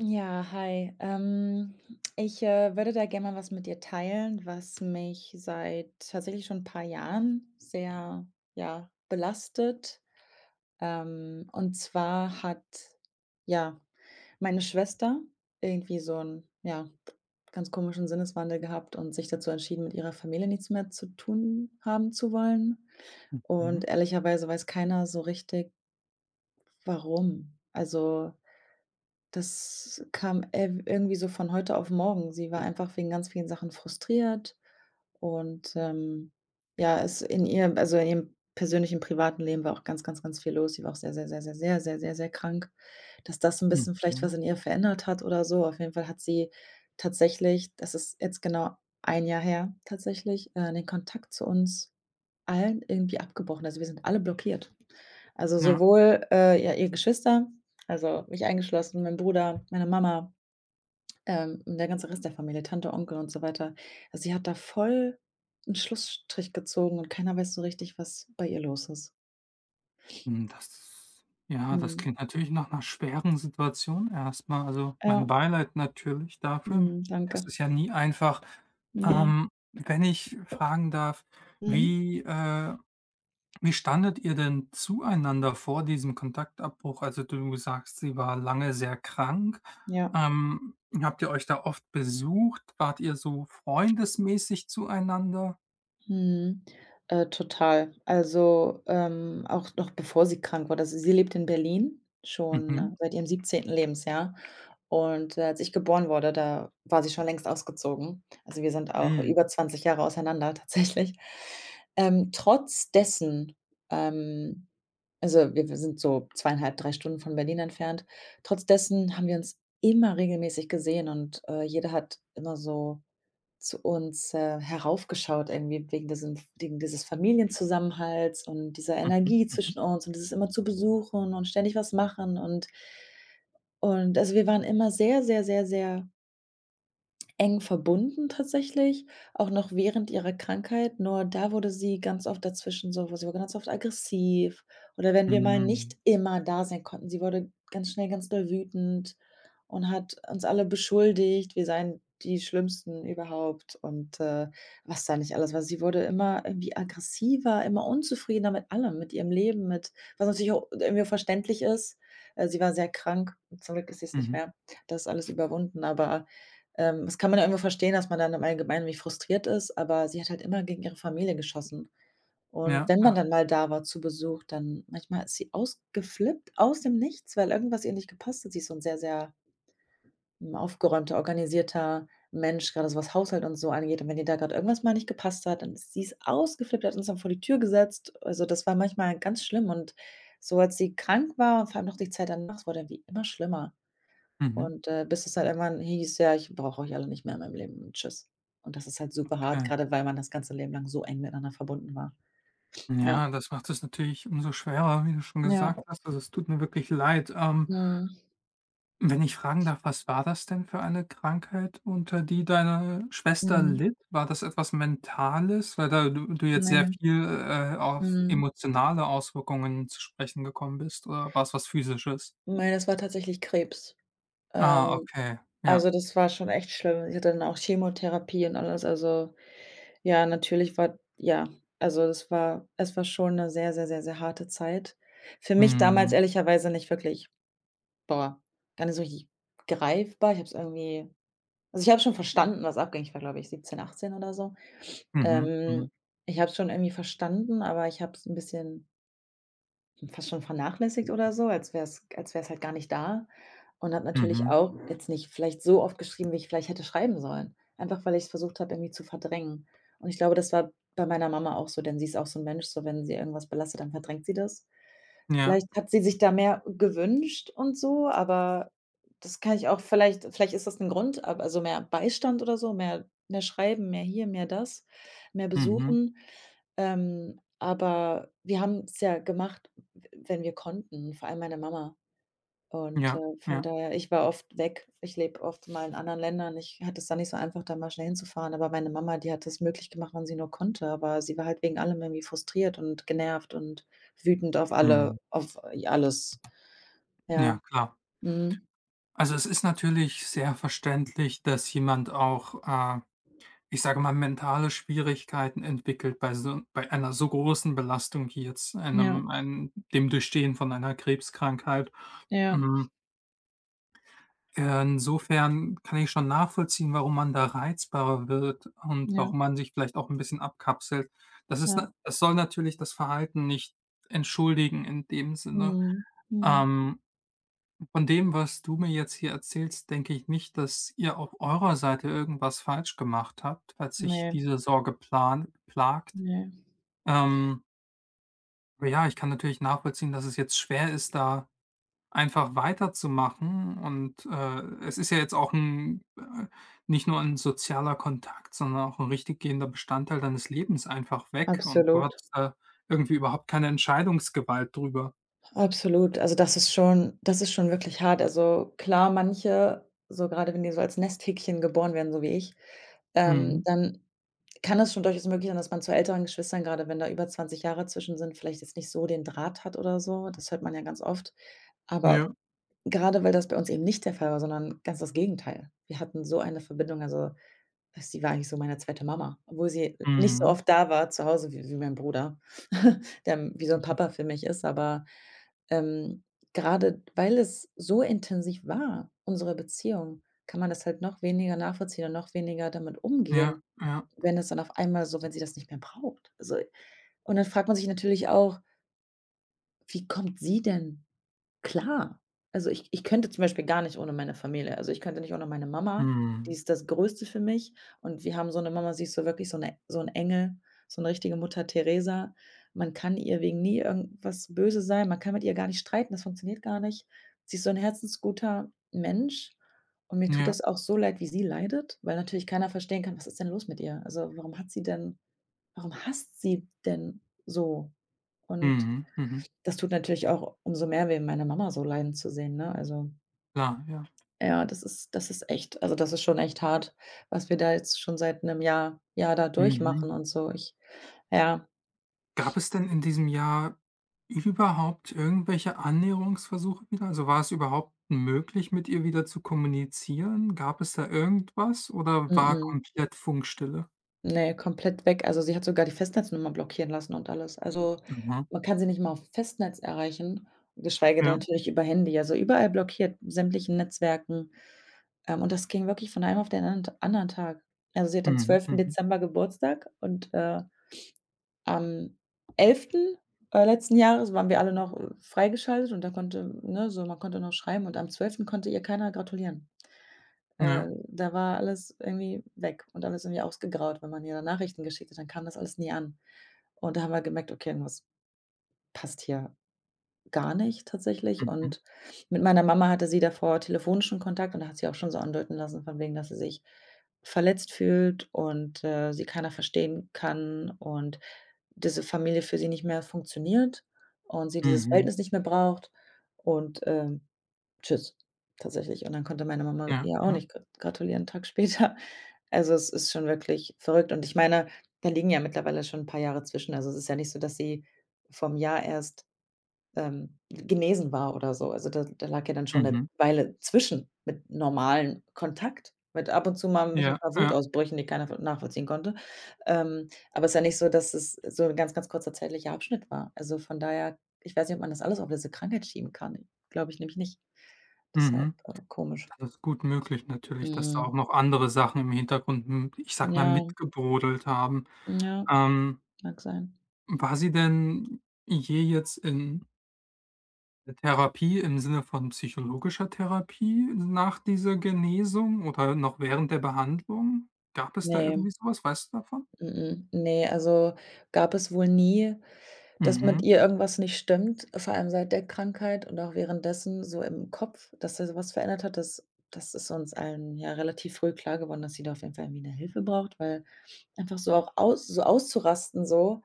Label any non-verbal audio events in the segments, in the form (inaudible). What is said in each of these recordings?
Ja, hi. Ich würde da gerne mal was mit dir teilen, was mich seit tatsächlich schon ein paar Jahren sehr, ja, belastet. Und zwar hat, ja, meine Schwester irgendwie so einen, ja, ganz komischen Sinneswandel gehabt und sich dazu entschieden, mit ihrer Familie nichts mehr zu tun haben zu wollen. Mhm, Und ehrlicherweise weiß keiner so richtig, warum. Also, das kam ev irgendwie so von heute auf morgen. Sie war einfach wegen ganz vielen Sachen frustriert und, ja, es in ihr, also, in ihrem persönlichen privaten Leben war auch ganz, ganz, ganz viel los. Sie war auch sehr, sehr, sehr, sehr, sehr, sehr, sehr, sehr krank, dass das ein bisschen vielleicht mhm. was in ihr verändert hat oder so. Auf jeden Fall hat sie tatsächlich, das ist jetzt genau ein Jahr her tatsächlich, den Kontakt zu uns allen irgendwie abgebrochen. Also, wir sind alle blockiert. Also, Ja, sowohl, ja, ihr Geschwister, also mich eingeschlossen, mein Bruder, meine Mama, und der ganze Rest der Familie, Tante, Onkel und so weiter. Also, sie hat da voll einen Schlussstrich gezogen und keiner weiß so richtig, was bei ihr los ist. Das ja, das Mhm. klingt natürlich nach einer schweren Situation erstmal. Also, mein Ja. Beileid natürlich dafür. Mhm, Das danke. ist ja nie einfach. Ne. Wenn ich fragen darf, Mhm. wie, äh wie standet ihr denn zueinander vor diesem Kontaktabbruch? Also, du sagst, sie war lange sehr krank. Ja. Ähm, Habt ihr euch da oft besucht? Wart ihr so freundesmäßig zueinander? Mhm. Total. Also, auch noch bevor sie krank wurde. Also, sie lebt in Berlin Mhm. schon seit ihrem 17. Lebensjahr. Und, als ich geboren wurde, da war sie schon längst ausgezogen. Also, wir sind auch Mhm. über 20 Jahre auseinander (laughs) tatsächlich. Trotz dessen, ähm also, wir sind so 2,5, 3 Stunden von Berlin entfernt. Trotz dessen haben wir uns immer regelmäßig gesehen und, jeder hat immer so zu uns, heraufgeschaut irgendwie wegen dieses Familienzusammenhalts und dieser Mhm. Energie Mhm. zwischen uns und dieses immer zu besuchen und ständig was machen und also, wir waren immer sehr, sehr, sehr, sehr eng verbunden tatsächlich, auch noch während ihrer Krankheit. Nur da wurde sie ganz oft dazwischen so, wo sie wurde ganz oft aggressiv oder wenn wir mal Mhm. nicht immer da sein konnten. Sie wurde ganz schnell ganz doll wütend und hat uns alle beschuldigt, wir seien die Schlimmsten überhaupt und, was da nicht alles war. Sie wurde immer irgendwie aggressiver, immer unzufriedener mit allem, mit ihrem Leben, mit, was natürlich auch irgendwie verständlich ist. Sie war sehr krank. Zum Glück ist sie es nicht Mhm. mehr. Das ist alles überwunden, aber das kann man ja irgendwo verstehen, dass man dann im Allgemeinen wie frustriert ist, aber sie hat halt immer gegen ihre Familie geschossen. Und Ja, wenn man ja. dann mal da war zu Besuch, dann manchmal ist sie ausgeflippt aus dem Nichts, weil irgendwas ihr nicht gepasst hat. Sie ist so 'n sehr, sehr, aufgeräumter, organisierter Mensch, grade so was Haushalt und so angeht. Und wenn ihr da grad irgendwas mal nicht gepasst hat, dann ist sie ist ausgeflippt, hat uns dann vor die Tür gesetzt. Also, das war manchmal ganz schlimm und so als sie krank war und vor allem noch die Zeit danach, es wurde irgendwie immer schlimmer. Mhm. Und, bis es halt irgendwann hieß: „Ja, ich brauche euch alle nicht mehr in meinem Leben. Tschüss." Und das ist halt super hart, Okay. gerade weil man das ganze Leben lang so eng miteinander verbunden war. Ja, Ja, das macht es natürlich umso schwerer, wie du schon ja, gesagt hast. Also, es tut mir wirklich leid. Mhm, Wenn ich fragen darf, was war das denn für eine Krankheit, unter die deine Schwester mhm, litt? War das etwas Mentales? Weil da du jetzt sehr ne, viel, auf mhm. emotionale Auswirkungen zu sprechen gekommen bist, oder war es was Physisches? Ne, das war tatsächlich Krebs. Ah, Ähm, okay, ja. also, das war schon echt schlimm. Sie hatte dann auch Chemotherapie und alles. Also, ja, natürlich war ja, also, das war, es war schon eine sehr, sehr, sehr, sehr harte Zeit. Für mich damals Mhm. ehrlicherweise nicht wirklich, boah, gar nicht so richtig greifbar. Ich habe es irgendwie. Also, ich habe schon verstanden, was abging. Ich war, glaube ich, 17, 18 oder so. Mhm. Ähm, Mhm. Ich habe es schon irgendwie verstanden, aber ich habe es ein bisschen fast schon vernachlässigt oder so, als wäre es halt gar nicht da und habe natürlich Mhm. auch jetzt nicht vielleicht so oft geschrieben, wie ich vielleicht hätte schreiben sollen, einfach weil ich es versucht habe, irgendwie zu verdrängen. Und ich glaube, das war bei meiner Mama auch so, denn sie ist auch so ein Mensch, so wenn sie irgendwas belastet, dann verdrängt sie das. Ja. Vielleicht hat sie sich da mehr gewünscht und so, aber das kann ich auch vielleicht ist das 'n Grund, ab also, mehr Beistand oder so, mehr Schreiben, mehr hier, mehr das, mehr Mhm. Besuchen. Aber wir haben's ja gemacht, w wenn wir konnten, vor allem meine Mama. Und, Ja, von ja. daher, ich war oft weg. Ich lebe oft mal in anderen Ländern. Ich hatte es dann nicht so einfach, da mal schnell hinzufahren, aber meine Mama, die hat es möglich gemacht, wann sie nur konnte, aber sie war halt wegen allem irgendwie frustriert und genervt und wütend auf alle, Mhm. auf alles. Ja, Ja, klar. mhm. Also, es ist natürlich sehr verständlich, dass jemand auch, äh, ich sage mal, mentale Schwierigkeiten entwickelt bei so bei einer so großen Belastung wie jetzt Ja, einem einem dem Durchstehen von einer Krebskrankheit. ja, Hm, insofern kann ich schon nachvollziehen, warum man da reizbarer wird und ja, warum man sich vielleicht auch ein bisschen abkapselt. Das ist na ja. es soll natürlich das Verhalten nicht entschuldigen in dem Sinne. Mhm, mhm. Ähm Von dem, was du mir jetzt hier erzählst, denke ich nicht, dass ihr auf eurer Seite irgendwas falsch gemacht habt, falls sich Ne, diese Sorge plan plagt. ne, Ähm, aber ja, ich kann natürlich nachvollziehen, dass es jetzt schwer ist, da einfach weiterzumachen. Und es ist ja jetzt auch ein nicht nur ein sozialer Kontakt, sondern auch ein richtig gehender Bestandteil deines Lebens einfach weg, und du absolut. hattest da irgendwie überhaupt keine Entscheidungsgewalt drüber. Absolut. Also, das ist schon, das ist schon wirklich hart. Also, klar, manche, so gerade wenn die so als Nesthäkchen geboren werden, so wie ich, Mhm. dann kann es schon durchaus möglich sein, dass man zu älteren Geschwistern, gerade wenn da über 20 Jahre zwischen sind, vielleicht jetzt nicht so den Draht hat oder so. Das hört man ja ganz oft. Aber Ja. gerade weil das bei uns eben nicht der Fall war, sondern ganz das Gegenteil. Wir hatten so eine Verbindung. Also, sie war eigentlich so meine zweite Mama, obwohl sie nicht so Mhm. oft da war zu Hause wie mein Bruder, (laughs) der wie so 'n Mhm. Papa für mich ist, aber, ähm, grade weil es so intensiv war, unsere Beziehung, kann man das halt noch weniger nachvollziehen und noch weniger damit Ja, umgehen, ja. wenn es dann auf einmal so, wenn sie das nicht mehr braucht. Also, und dann fragt man sich natürlich auch: „Wie kommt sie denn?" Klar. Also, ich könnte zum Beispiel gar nicht ohne meine Familie. Also, ich könnte nicht ohne meine Mama, die Mhm. ist das Größte für mich und wir haben so eine Mama, sie ist so wirklich so 'ne, so ein Engel, so eine richtige Mutter Teresa. Man kann ihr wegen nie irgendwas böse sein, man kann mit ihr gar nicht streiten, das funktioniert gar nicht. Sie ist so ein herzensguter Mensch und mir tut Ja. das auch so leid, wie sie leidet, weil natürlich keiner verstehen kann: „Was ist denn los mit ihr? Also, warum hasst sie denn so?" Und Mhm, mhm. das tut natürlich auch umso mehr weh, meine Mama so leiden zu sehen, ne? Also, Klar, ja. ja, das ist, das ist echt, also, das ist schon echt hart, was wir da jetzt schon seit 'nem Jahr da Mhm. durchmachen und so. Ich Ja, Gab es denn in diesem Jahr überhaupt irgendwelche Annäherungsversuche wieder? Also, war es überhaupt möglich, mit ihr wieder zu kommunizieren? Gab es da irgendwas oder war mm, komplett Funkstille? ne, komplett weg. Also, sie hat sogar die Festnetznummer blockieren lassen und alles. Also, Mhm. man kann sie nicht mal auf Festnetz erreichen, geschweige denn Ja. natürlich über Handy. Also, überall blockiert, sämtlichen Netzwerken. Und das ging wirklich von einem auf den andern anderen Tag. Also, sie hat am Mhm, zwölften mhm. Dezember Geburtstag und, am 11. Letzten Jahres waren wir alle noch, freigeschaltet und da konnte, ne, so, man konnte noch schreiben, und am 12. konnte ihr keiner gratulieren. Äh, Ja. da war alles irgendwie weg und alles irgendwie ausgegraut. Wenn man ihr dann Nachrichten geschickt hat, dann kam das alles nie an. Und da haben wir gemerkt: „Okay, irgendwas passt hier gar nicht." Tatsächlich, Mhm, und mit meiner Mama hatte sie davor telefonischen Kontakt und da hat sie auch schon so andeuten lassen, von wegen, dass sie sich verletzt fühlt und, sie keiner verstehen kann und diese Familie für sie nicht mehr funktioniert und sie dieses mhm. Verhältnis nicht mehr braucht und, tschüss, tatsächlich. Und dann konnte meine Mama Ja, ihr auch ja. nicht gr gratulieren 'n Tag (laughs) später. Also, es ist schon wirklich verrückt und ich meine, da liegen ja mittlerweile schon ein paar Jahre zwischen. Also, es ist ja nicht so, dass sie vom Jahr erst genesen war oder so. Also, da lag ja dann schon eine Mhm. Weile zwischen mit normalem Kontakt, mit ab und zu mal mich ein Ja, paar ja. Wutausbrüchen, die keiner nachvollziehen konnte. Aber es ist ja nicht so, dass es so ein ganz, ganz kurzer zeitlicher Abschnitt war. Also, von daher, ich weiß nicht, ob man das alles auf diese Krankheit schieben kann. Glaube ich nämlich nicht. Deshalb, Mhm. Komisch. Das ist gut möglich natürlich, dass da auch Mhm. noch andere Sachen im Hintergrund, hm, ich sage mal, Ja, mitgebrodelt haben. ja, Ähm mag sein. War sie denn je jetzt in der Therapie im Sinne von psychologischer Therapie nach dieser Genesung oder noch während der Behandlung? Gab es da Ne, irgendwie sowas? Weißt du davon? mm, mm. Ne, also, gab es wohl nie. Dass mit Mhm. ihr irgendwas nicht stimmt, vor allem seit der Krankheit und auch währenddessen, so im Kopf, dass da so was verändert hat, das, das ist uns allen ja relativ früh klar geworden, dass sie da auf jeden Fall irgendwie 'ne Hilfe braucht, weil einfach so, auch aus, so auszurasten, so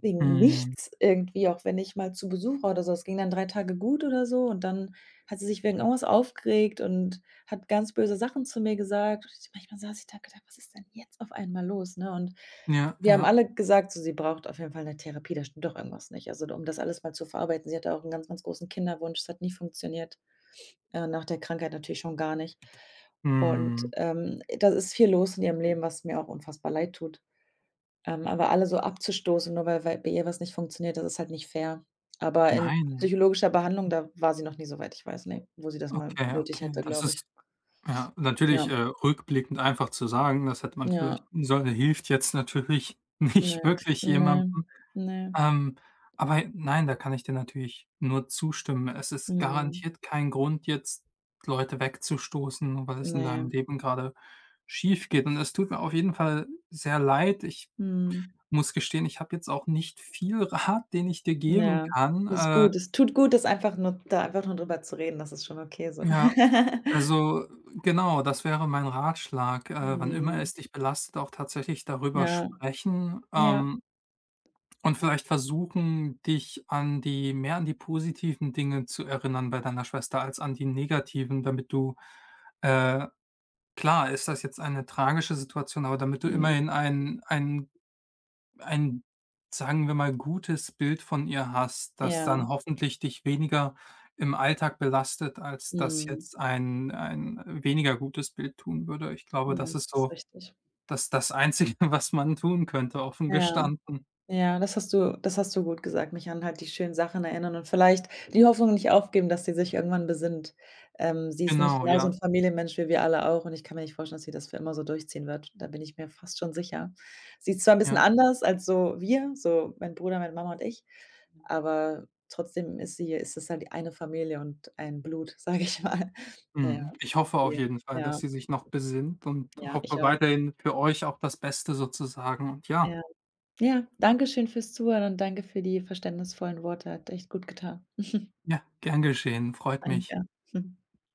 wegen Mhm. nichts irgendwie, auch wenn ich mal zu Besuch war oder so. Es ging dann 3 Tage gut oder so und dann hat sie sich wegen irgendwas aufgeregt und hat ganz böse Sachen zu mir gesagt. Und ich, manchmal saß ich da und gedacht: „Was ist denn jetzt auf einmal los?", ne? Und Ja, wir haben ja. alle gesagt, so, sie braucht auf jeden Fall 'ne Therapie, da stimmt doch irgendwas nicht. Also, um das alles mal zu verarbeiten. Sie hatte auch 'n ganz, ganz großen Kinderwunsch. Es hat nie funktioniert, nach der Krankheit natürlich schon gar nicht. Und, Mhm. Da ist viel los in ihrem Leben, was mir auch unfassbar leid tut. Aber alle so abzustoßen, nur weil bei ihr was nicht funktioniert, das ist halt nicht fair. Aber in Nein. psychologischer Behandlung, da war sie noch nie, soweit ich weiß, ne, wo sie das mal Okay, nötig okay. hätte, Das glaube ist ich. ja, natürlich, Ja, rückblickend einfach zu sagen, das hätte man vielleicht ja, tun sollen, hilft jetzt natürlich (laughs) ne, nicht wirklich ne, jemandem. ne, Ähm, aber nein, da kann ich dir natürlich nur zustimmen. Es ist mhm, garantiert kein Grund, jetzt Leute wegzustoßen, nur weil es in ne, deinem Leben gerade schief geht. Und es tut mir auf jeden Fall sehr leid. Ich mhm. muss gestehen, ich habe jetzt auch nicht viel (laughs) Rat, den ich dir geben Ja, kann. das ist gut. Es tut gut, das einfach nur da, einfach nur drüber zu reden, das ist schon okay so. Ja, (laughs) also genau, das wäre mein Ratschlag. Wann immer Mhm. es dich belastet, auch tatsächlich darüber Ja, sprechen. ja, Und vielleicht versuchen, dich an die mehr an die positiven Dinge zu erinnern bei deiner Schwester als an die negativen, damit du äh, klar ist das jetzt eine tragische Situation, aber damit du mhm, immerhin ein, sagen wir mal, gutes Bild von ihr hast, das ja, dann hoffentlich dich weniger im Alltag belastet, als das mhm, jetzt ein weniger gutes Bild tun würde. Ich glaube, ja, das ist das ist so richtig. Das Einzige, (laughs) was man tun könnte, offen Ja. gestanden. Ja, das hast du gut gesagt, mich an halt die schönen Sachen erinnern und vielleicht die Hoffnung nicht aufgeben, dass sie sich irgendwann besinnt. Sie ist nämlich Genau, genauso ja, 'n Familienmensch wie wir alle auch und ich kann mir nicht vorstellen, dass sie das für immer so durchziehen wird. Da bin ich mir fast schon sicher. Sie ist zwar 'n bisschen ja. anders als so wir, so mein Bruder, meine Mama und ich, aber trotzdem ist sie, ist es halt eine Familie und ein Blut, (laughs) sage ich mal. Ja, Mhm. Ich hoffe auf die jeden Fall, dass ja, sie sich noch besinnt und ja, hoffe ich auch. weiterhin für euch auch das Beste sozusagen und ja, Ja. Ja, danke schön fürs Zuhören und danke für die verständnisvollen Worte. Hat echt gut getan. ja, gern geschehen, freut mich. Danke.